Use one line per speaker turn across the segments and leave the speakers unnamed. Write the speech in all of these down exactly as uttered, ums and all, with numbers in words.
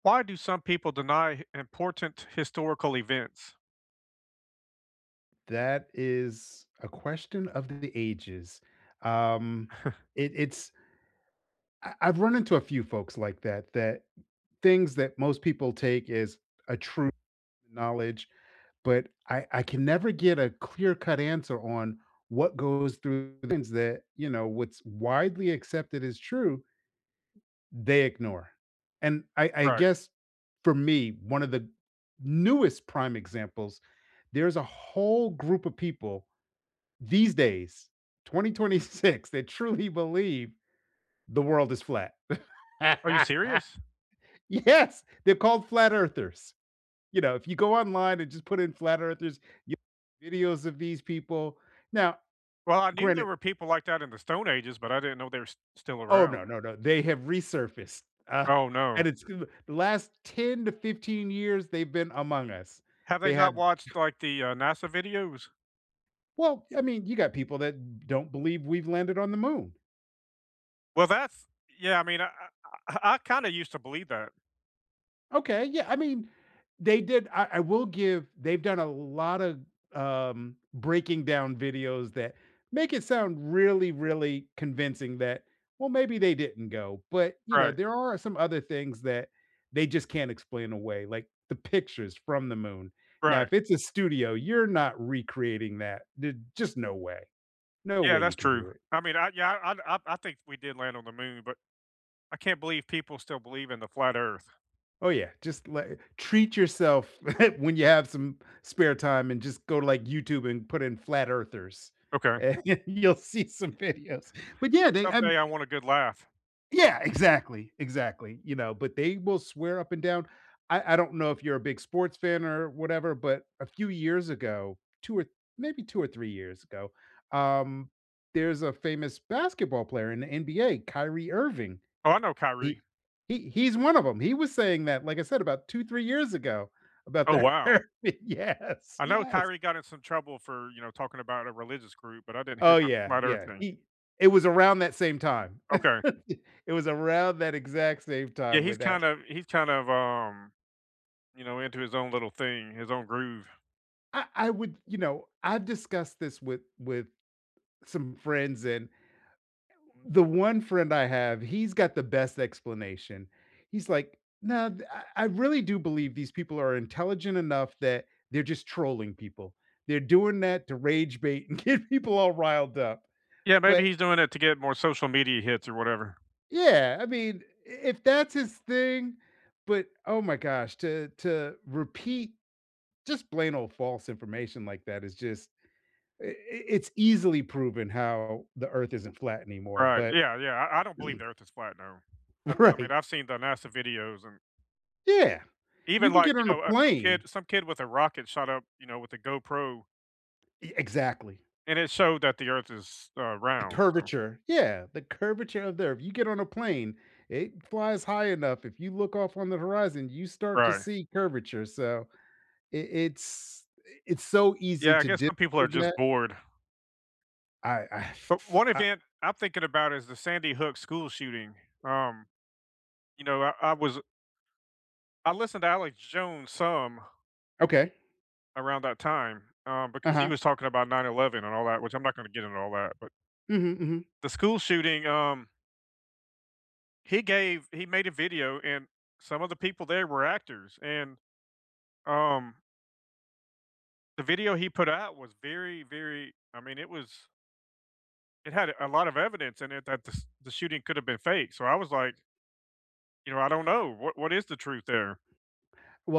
Why do some people deny important historical events?
That is a question of the ages. Um, it, it's I- I've run into a few folks like that. That things that most people take as a true knowledge, but I, I can never get a clear cut answer on what goes through things that, you know, what's widely accepted as true they ignore. And I, I
Right.
guess, for me, one of the newest prime examples, there's a whole group of people these days, twenty twenty-six, that truly believe the world is flat.
Are you serious?
Yes, they're called flat earthers. You know, if you go online and just put in flat earthers, you videos of these people. Now,
Well, I knew there
granted,
were people like that in the Stone Ages, but I didn't know they were s still
oh
around.
no, no, no, they have resurfaced. Uh,
Oh, no.
and it's the last ten to fifteen years they've been among us.
Have they
They have.
not watched, like, the, uh, NASA videos?
Well, I mean, you got people that don't believe we've landed on the moon.
Well, that's yeah, I mean, I I I kinda used to believe that.
Okay, yeah, I mean, they did. I I will give, they've done a lot of, um, breaking down videos that make it sound really, really convincing that, well, maybe they didn't go, but, you know,
Right,
there are some other things that they just can't explain away, like the pictures from the moon. Now,
right.
if it's a studio, you're not recreating that. There's just no way. No
Yeah,
way you
that's
can
true.
do it.
I mean, I yeah, I I I think we did land on the moon, but I can't believe people still believe in the flat Earth.
Oh yeah, just like treat yourself when you have some spare time and just go to like YouTube and put in flat earthers,
Okay.
and you'll see some videos. But yeah, they, I mean,
Someday I want a good laugh.
yeah, exactly, exactly. You know, but they will swear up and down. I, I don't know if you're a big sports fan or whatever, but a few years ago, two or maybe two or three years ago, um, there's a famous basketball player in the N B A, Kyrie Irving.
Oh, I know
he
Kyrie.
he he's one of them. He was saying that, like I said, about two, three years ago about
Oh,
the
wow.
herpes. Yes,
I know
yes.
Kyrie got in some trouble for, you know, talking about a religious group, but I didn't hear
Oh,
about the
yeah,
flat earth
yeah.
thing.
He. It was around that same time.
Okay.
It was around that exact same
Yeah,
time
he's
with that.
kind of he's kind of, um, you know, into his own little thing, his own groove.
I I would you know, I've discussed this with with some friends, and the one friend I have, he's got the best explanation. He's like, no, th- I I really do believe these people are intelligent enough that they're just trolling people. They're doing that to rage bait and get people all riled up.
Yeah, maybe
But
he's doing it to get more social media hits or whatever.
yeah, I mean, if that's his thing, but oh my gosh, to to repeat just plain old false information like that is just i- i- it's easily proven how the earth isn't flat anymore.
Right.
But
Yeah, yeah. I, I don't believe the earth is flat, no. That's I mean,
right.
I've seen the NASA videos and
Yeah.
even
You can
like,
get
you
on a
know, a some kid
plane.
some kid with a rocket shot up, you know, with a GoPro
E exactly.
and it showed that the earth is, uh,
The
round, so
curvature. Yeah, the curvature of the Earth. You get on a plane, it flies high enough. If you look off on the horizon, you start to
right.
see curvature. So it it's it's so easy
Yeah, I
to
guess
do
some people are just
that.
bored.
I I
But one
I
event I'm thinking about is the Sandy Hook school shooting. Um, you know, I, I was I listened to Alex Jones some
Okay.
around that time um, because he
Uh-huh.
was talking about nine eleven and all that, which I'm not going to get into all that. But
Mhm, mhm.
the school shooting, um, he gave he made a video, and some of the people there were actors, and um, the video he put out was very, very. I mean, it was it had a lot of evidence in it that the, s- the shooting could have been fake. So I was like, you know, I don't know what what is the truth there.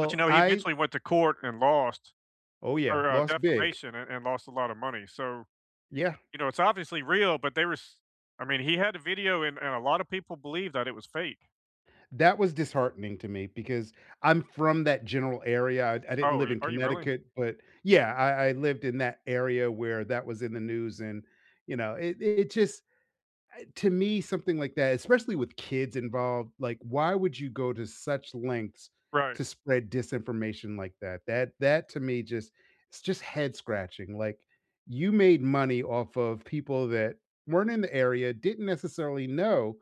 But, you know, he
I
eventually went to court and lost
oh, yeah,
for, uh,
lost big.
defamation and and lost a lot of money, so,
Yeah.
you know, it's obviously real, but they were, s- I mean, he had a video and and a lot of people believe that it was fake.
That was disheartening to me because I'm from that general area. I I didn't
"Oh, are
live
you
in
are you really?"
Connecticut, but yeah, I I lived in that area where that was in the news and, you know, it it just, to me, something like that, especially with kids involved, like, why would you go to such lengths
Right.
to spread disinformation like that? That that, to me, just, it's just head scratching. Like, you made money off of people that weren't in the area, didn't necessarily know,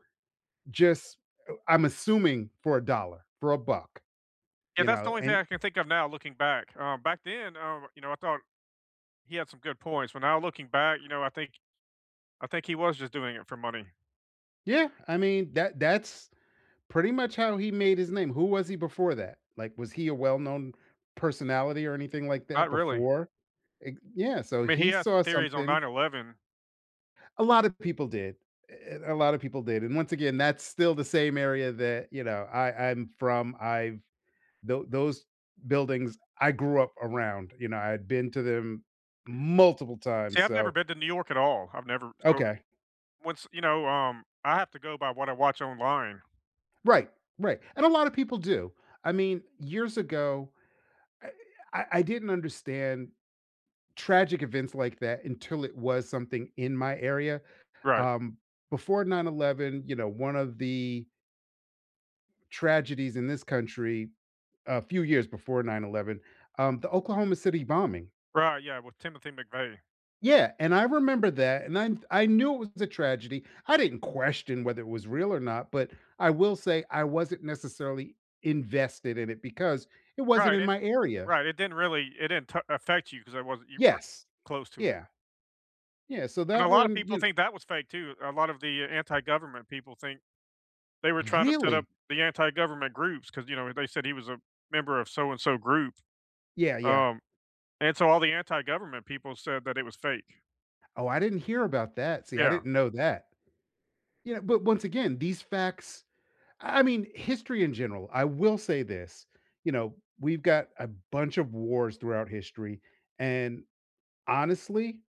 just, uh, I'm assuming, for a dollar, for a buck,
Yeah,
you
that's the
know.
only thing
And
I can think of now looking back. Um, back then, um, you know, I thought he had some good points, but now looking back, you know, I think I think he was just doing it for money.
yeah, I mean, that that's pretty much how he made his name. Who was he before that? Like, was he a well-known personality or anything like
Not
that
really.
before? Eh, yeah, so
I mean, he
he
has
saw
some theories on
something.
nine eleven.
A lot of people did. Eh, A lot of people did. And once again, that's still the same area that, you know I, I'm from. I've th- those buildings I grew up around. You know, I had been to them multiple
See,
times.
I've never
So,
been to New York at all. I've never so
okay.
once you know, um, I have to go by what I watch online.
Right, right, and a lot of people do. I mean, years ago, I I I didn't understand tragic events like that until it was something in my area.
Right.
Um, Before nine eleven, you know, one of the tragedies in this country a few years before nine eleven, um, the Oklahoma City bombing.
Right, yeah, with Timothy McVeigh.
Yeah, and I remember that, and I I knew it was a tragedy. I didn't question whether it was real or not, but I will say I wasn't necessarily invested in it because it wasn't
Right,
in
it
my area.
right, it didn't really it didn't t affect you because I wasn't you weren't
Yes.
close to it,
Yeah. Yeah, so
and a
that
lot of
one,
people
you
think that was fake too, a lot of the anti-government people think they were
kn
trying to set up
really?
the anti-government groups groups because you know, they said he was a member of so and so group,
Yeah, yeah.
um, and so all the anti-government people said that it was fake.
Oh, I didn't hear about that. See, I
Yeah,
didn't know that. You know, but once again, these facts, I mean, history in general, I will say this, you know, we've got a bunch of wars throughout history, and honestly,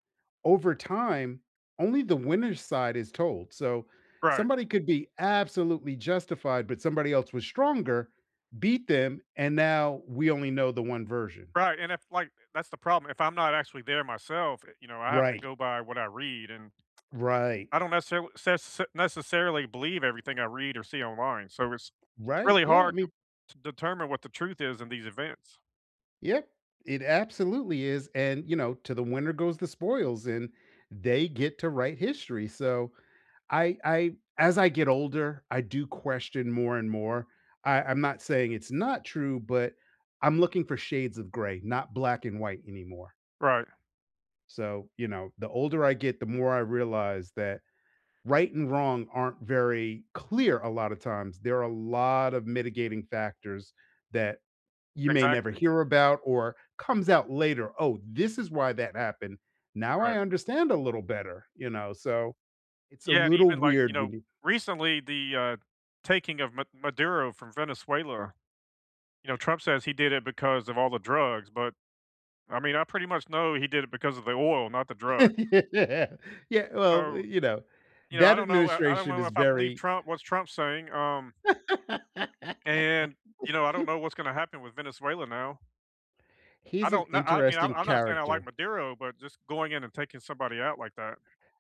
over time, only the winner's side is told. So
right,
somebody could be absolutely justified, but somebody else was stronger, beat them, and now we only know the one version.
right, and if, like that's the problem, if I'm not actually there myself, eh, you know, I have to
Right.
go by what I read, and
Right.
I don't necessarily necessarily believe everything I read or see online, so it's
Right.
really
Yeah. I
hard to
mean,
to determine what the truth is in these events.
yep. It absolutely is. And, you know, to the winner goes the spoils, and they get to write history. So I I as I get older, I do question more and more. I, I'm not saying it's not true, but I'm looking for shades of gray, not black and white anymore.
Right,
So, you know, the older I get, the more I realize that right and wrong aren't very clear a lot of times. There are a lot of mitigating factors that you may never
exactly,
hear about or comes out later. Oh, this is why that happened. Now
right.
I understand a little better, you know. So it's a
Yeah, and
little
even, like, you
weird
know,
when you
recently, the, uh, taking of Ma Maduro from Venezuela, you know, Trump says he did it because of all the drugs, but, I mean, I pretty much know he did it because of the oil, not the drugs.
yeah. Yeah, well, eh,
So,
you know,
you know, I
that
don't know I I don't
administration
know
is
if I believe
very
Trump what's Trump saying, um, and, you know, I don't know what's gonna happen with Venezuela now. I
he's an
don't kno I mean, i
interesting
I'm not saying I like
character.
Maduro, but just going in and taking somebody out like that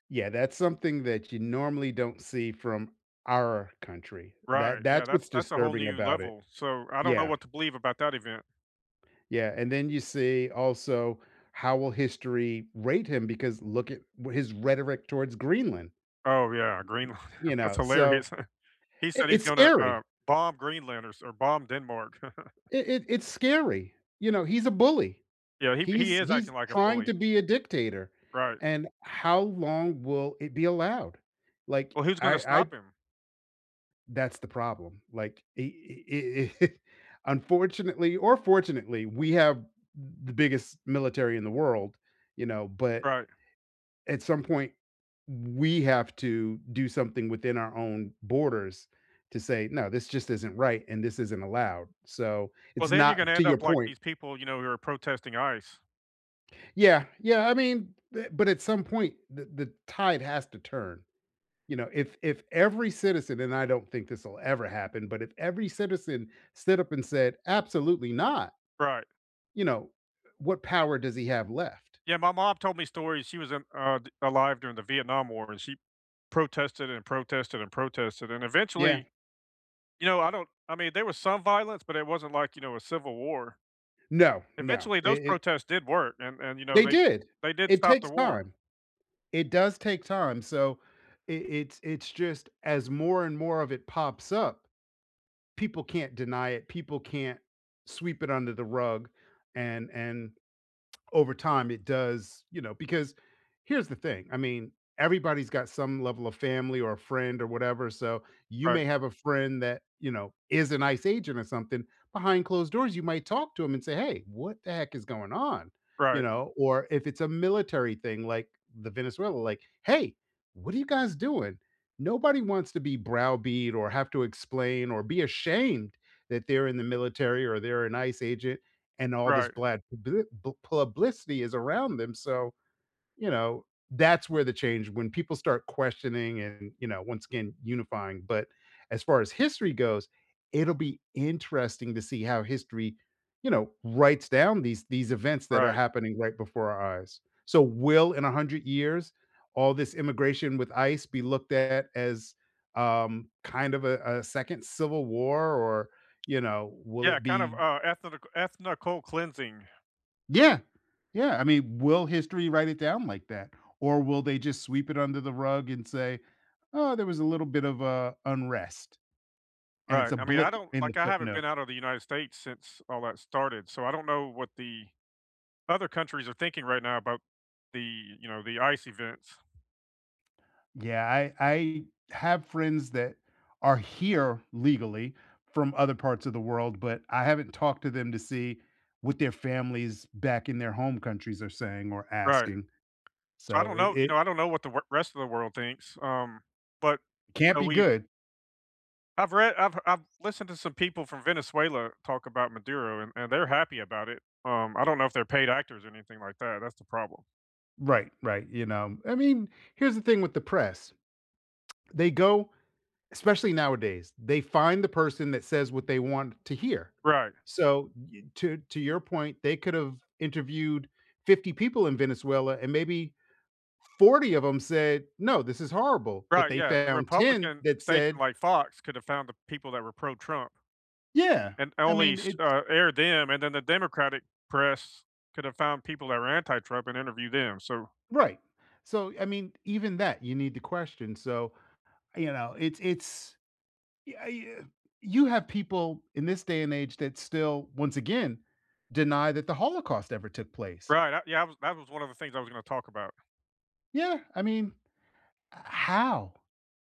Yeah, that's something that you normally don't see from our country.
right,
That
yeah,
that's
that's
what's
that's a whole
disturbing
new
about it.
level, so I don't know
Yeah,
what to believe about that event.
yeah, and then you see also how will history rate him, because look at wh- his rhetoric towards Greenland,
Oh, yeah, Greenland,
you
that's
know? So,
hilarious. He
I
said he's
it's
gonna, uh,
scary.
bomb Greenland or s or bomb Denmark.
It it it's scary. You know, he's a bully.
Yeah, he he
He's
is
he's
acting like a
trying
bully,
to be a dictator,
right.
and how long will it be allowed? Like,
Well, who's
I
gonna
I
stop him?
that's the problem. Like, I I I unfortunately or fortunately, we have the biggest military in the world, you know, but
Right.
at some point, we have to do something within our own borders to say, "No, this just isn't right, and this isn't allowed." So,
Well,
it's
then you're gonna
not to
end
your
up like
point.
these people, you know, who are protesting I C E.
Yeah, yeah. I mean, b- but at some point, the, the tide has to turn. You know, if if every citizen, and I don't think this will ever happen, but if every citizen stood up and said, "Absolutely not,"
Right.
you know, what power does he have left?
Yeah, my mom told me stories, she was in, uh, d alive during the Vietnam War, and she protested and protested and protested, and
Yeah,
eventually, you know, I don't I mean, there was some violence, but it wasn't like, you know, a civil war.
no, no.
Eventually, those
It, it
protests did work, and and, you know,
They
they
did.
they did
It
stop the
takes
war.
time. It does take time. So it, it's it's just as more and more of it pops up, people can't deny it. People can't sweep it under the rug, and and over time it does, you know, because here's the thing. I mean, everybody's got some level of family or a friend or whatever. So you
Right,
may have a friend that, you know, is an ICE agent or something. Behind closed doors, you might talk to him and say, "Hey, what the heck is going on?" You
right,
know, or if it's a military thing like the Venezuela, like, hey, what are you guys doing? Nobody wants to be browbeat or have to explain or be ashamed that they're in the military or they're an ICE agent, and all this
right,
bad publi b publicity is around them, so, you know, that's where the change, when people start questioning and, you know, once again, unifying, but as far as history goes, it'll be interesting to see how history, you know, writes down these these events that are
right.
happening right before our eyes. So will, in one hundred years, all this immigration with ICE be looked at as, um, kind of a a second Civil War, or, you know, will
Yeah,
it
kind of,
be.
uh, ethnic ethnical cleansing.
Yeah. Yeah, I mean, will history write it down like that? Or will they just sweep it under the rug and say, "Oh, there was a little bit of, uh, unrest," and it's
Right.
a
I mean, I
blip
don't
in the
like, I haven't been
footnote.
out of the United States since all that started, so I don't know what the other countries are thinking right now about the, you know, the I C E events.
Yeah, I I have friends that are here legally from other parts of the world, but I haven't talked to them to see what their families back in their home countries are saying or
Right.
asking,
So I
so
don't
it
know, you
it
know, I don't know what the w rest of the world thinks, um, but,
can't
uh,
be
we
good.
I've read I've I've listened to some people from Venezuela talk about Maduro, and and they're happy about it. Um, I don't know if they're paid actors or anything like that, that's the problem.
Right, right, you know? I mean, here's the thing with the press, they go, especially nowadays, they find the person that says what they want to hear.
Right.
So, y- to to your point, they could have interviewed fifty people in Venezuela, and maybe forty of them said, "No, this is horrible." But
Right,
they
yeah, the
found ten
Republican
that
station
said,
like Fox could have found the people that were pro-Trump
"Yeah,
and
I
only
mean,
s
it's
uh, aired them, and then the Democratic press could have found people that were anti-Trump and interviewed them, so
right." So I mean, even that you need to question. So, you know, it's it's yeah, yeah, you have people in this day and age that still once again deny that the Holocaust ever took place.
right, I yeah, I was that was one of the things I was gonna talk about.
Yeah, I mean, how?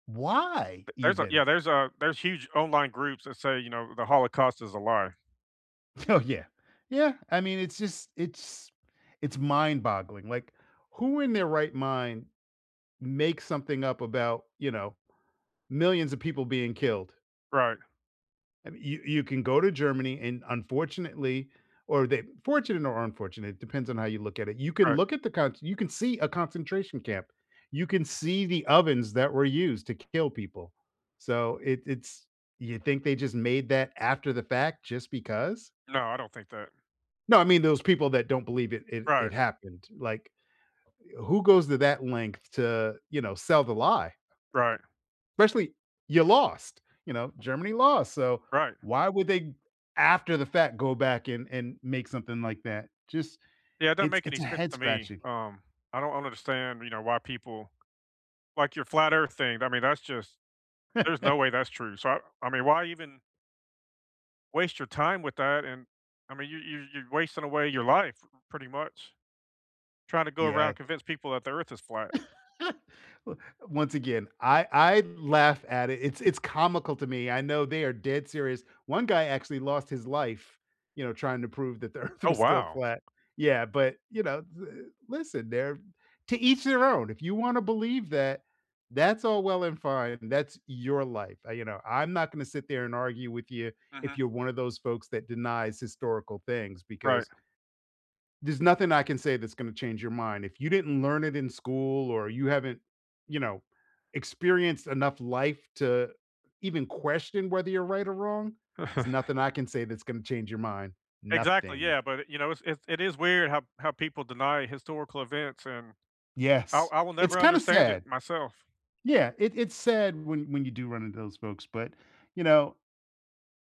Why
Th There's a
even?
yeah, there's a there's huge online groups that say, you know, the Holocaust is a lie.
Oh yeah. Yeah, I mean, it's just it's it's mind-boggling, like, who in their right mind makes something up about, you know, millions of people being killed?
Right,
I mean, you you can go to Germany, and unfortunately or they fortunate or unfortunate, it depends on how you look at it. You can
right.
look at the con you can see a concentration camp. You can see the ovens that were used to kill people. So it it's you think they just made that after the fact just because?
No, I don't think that.
No, I mean those people that don't believe it it,
Right.
it happened. Like, who goes to that length to, you know, sell the lie?
Right,
Especially you lost, you know, Germany lost, so
right.
why would they after the fact go back and and make something like that? Just
Yeah, it doesn't
it's
make any
it's a
sense
head
to me.
scratching.
Um, I don't understand, you know, why people like your flat earth thing. I mean, that's just there's no way that's true. So I, I mean, why even waste your time with that? And I mean, you, you you're wasting away your life pretty much trying to go around
Yeah.
convince people that the earth is flat.
Once again, I I laugh at it. It's it's comical to me. I know they are dead serious. One guy actually lost his life, you know, trying to prove that the earth
Oh
was still
wow.
flat. Yeah, but, you know, th- listen, they're to each their own. If you want to believe that, that's all well and fine. That's your life. Uh, You know, I'm not going to sit there and argue with you
Hmm.
if you're one of those folks that denies historical things
Right.
because there's nothing I can say that's going to change your mind. If you didn't learn it in school or you haven't, you know, experienced enough life to even question whether you're right or wrong, there's nothing I can say that's going to change your mind.
Exactly.
Nothing.
Yeah. But you know, it's, it's it is weird how how people deny historical events, and I
Yes.
I will
It's
never
kind of
understand it
sad.
myself.
Yeah, it, it's sad when when you do run into those folks, but you know,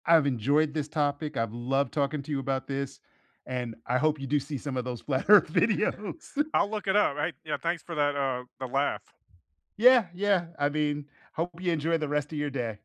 I've enjoyed this topic. I've loved talking to you about this, and I hope you do see some of those flat Earth videos.
I'll look it up. Hey, yeah, thanks for that. Uh, the laugh.
Yeah, yeah. I mean, hope you enjoy the rest of your day.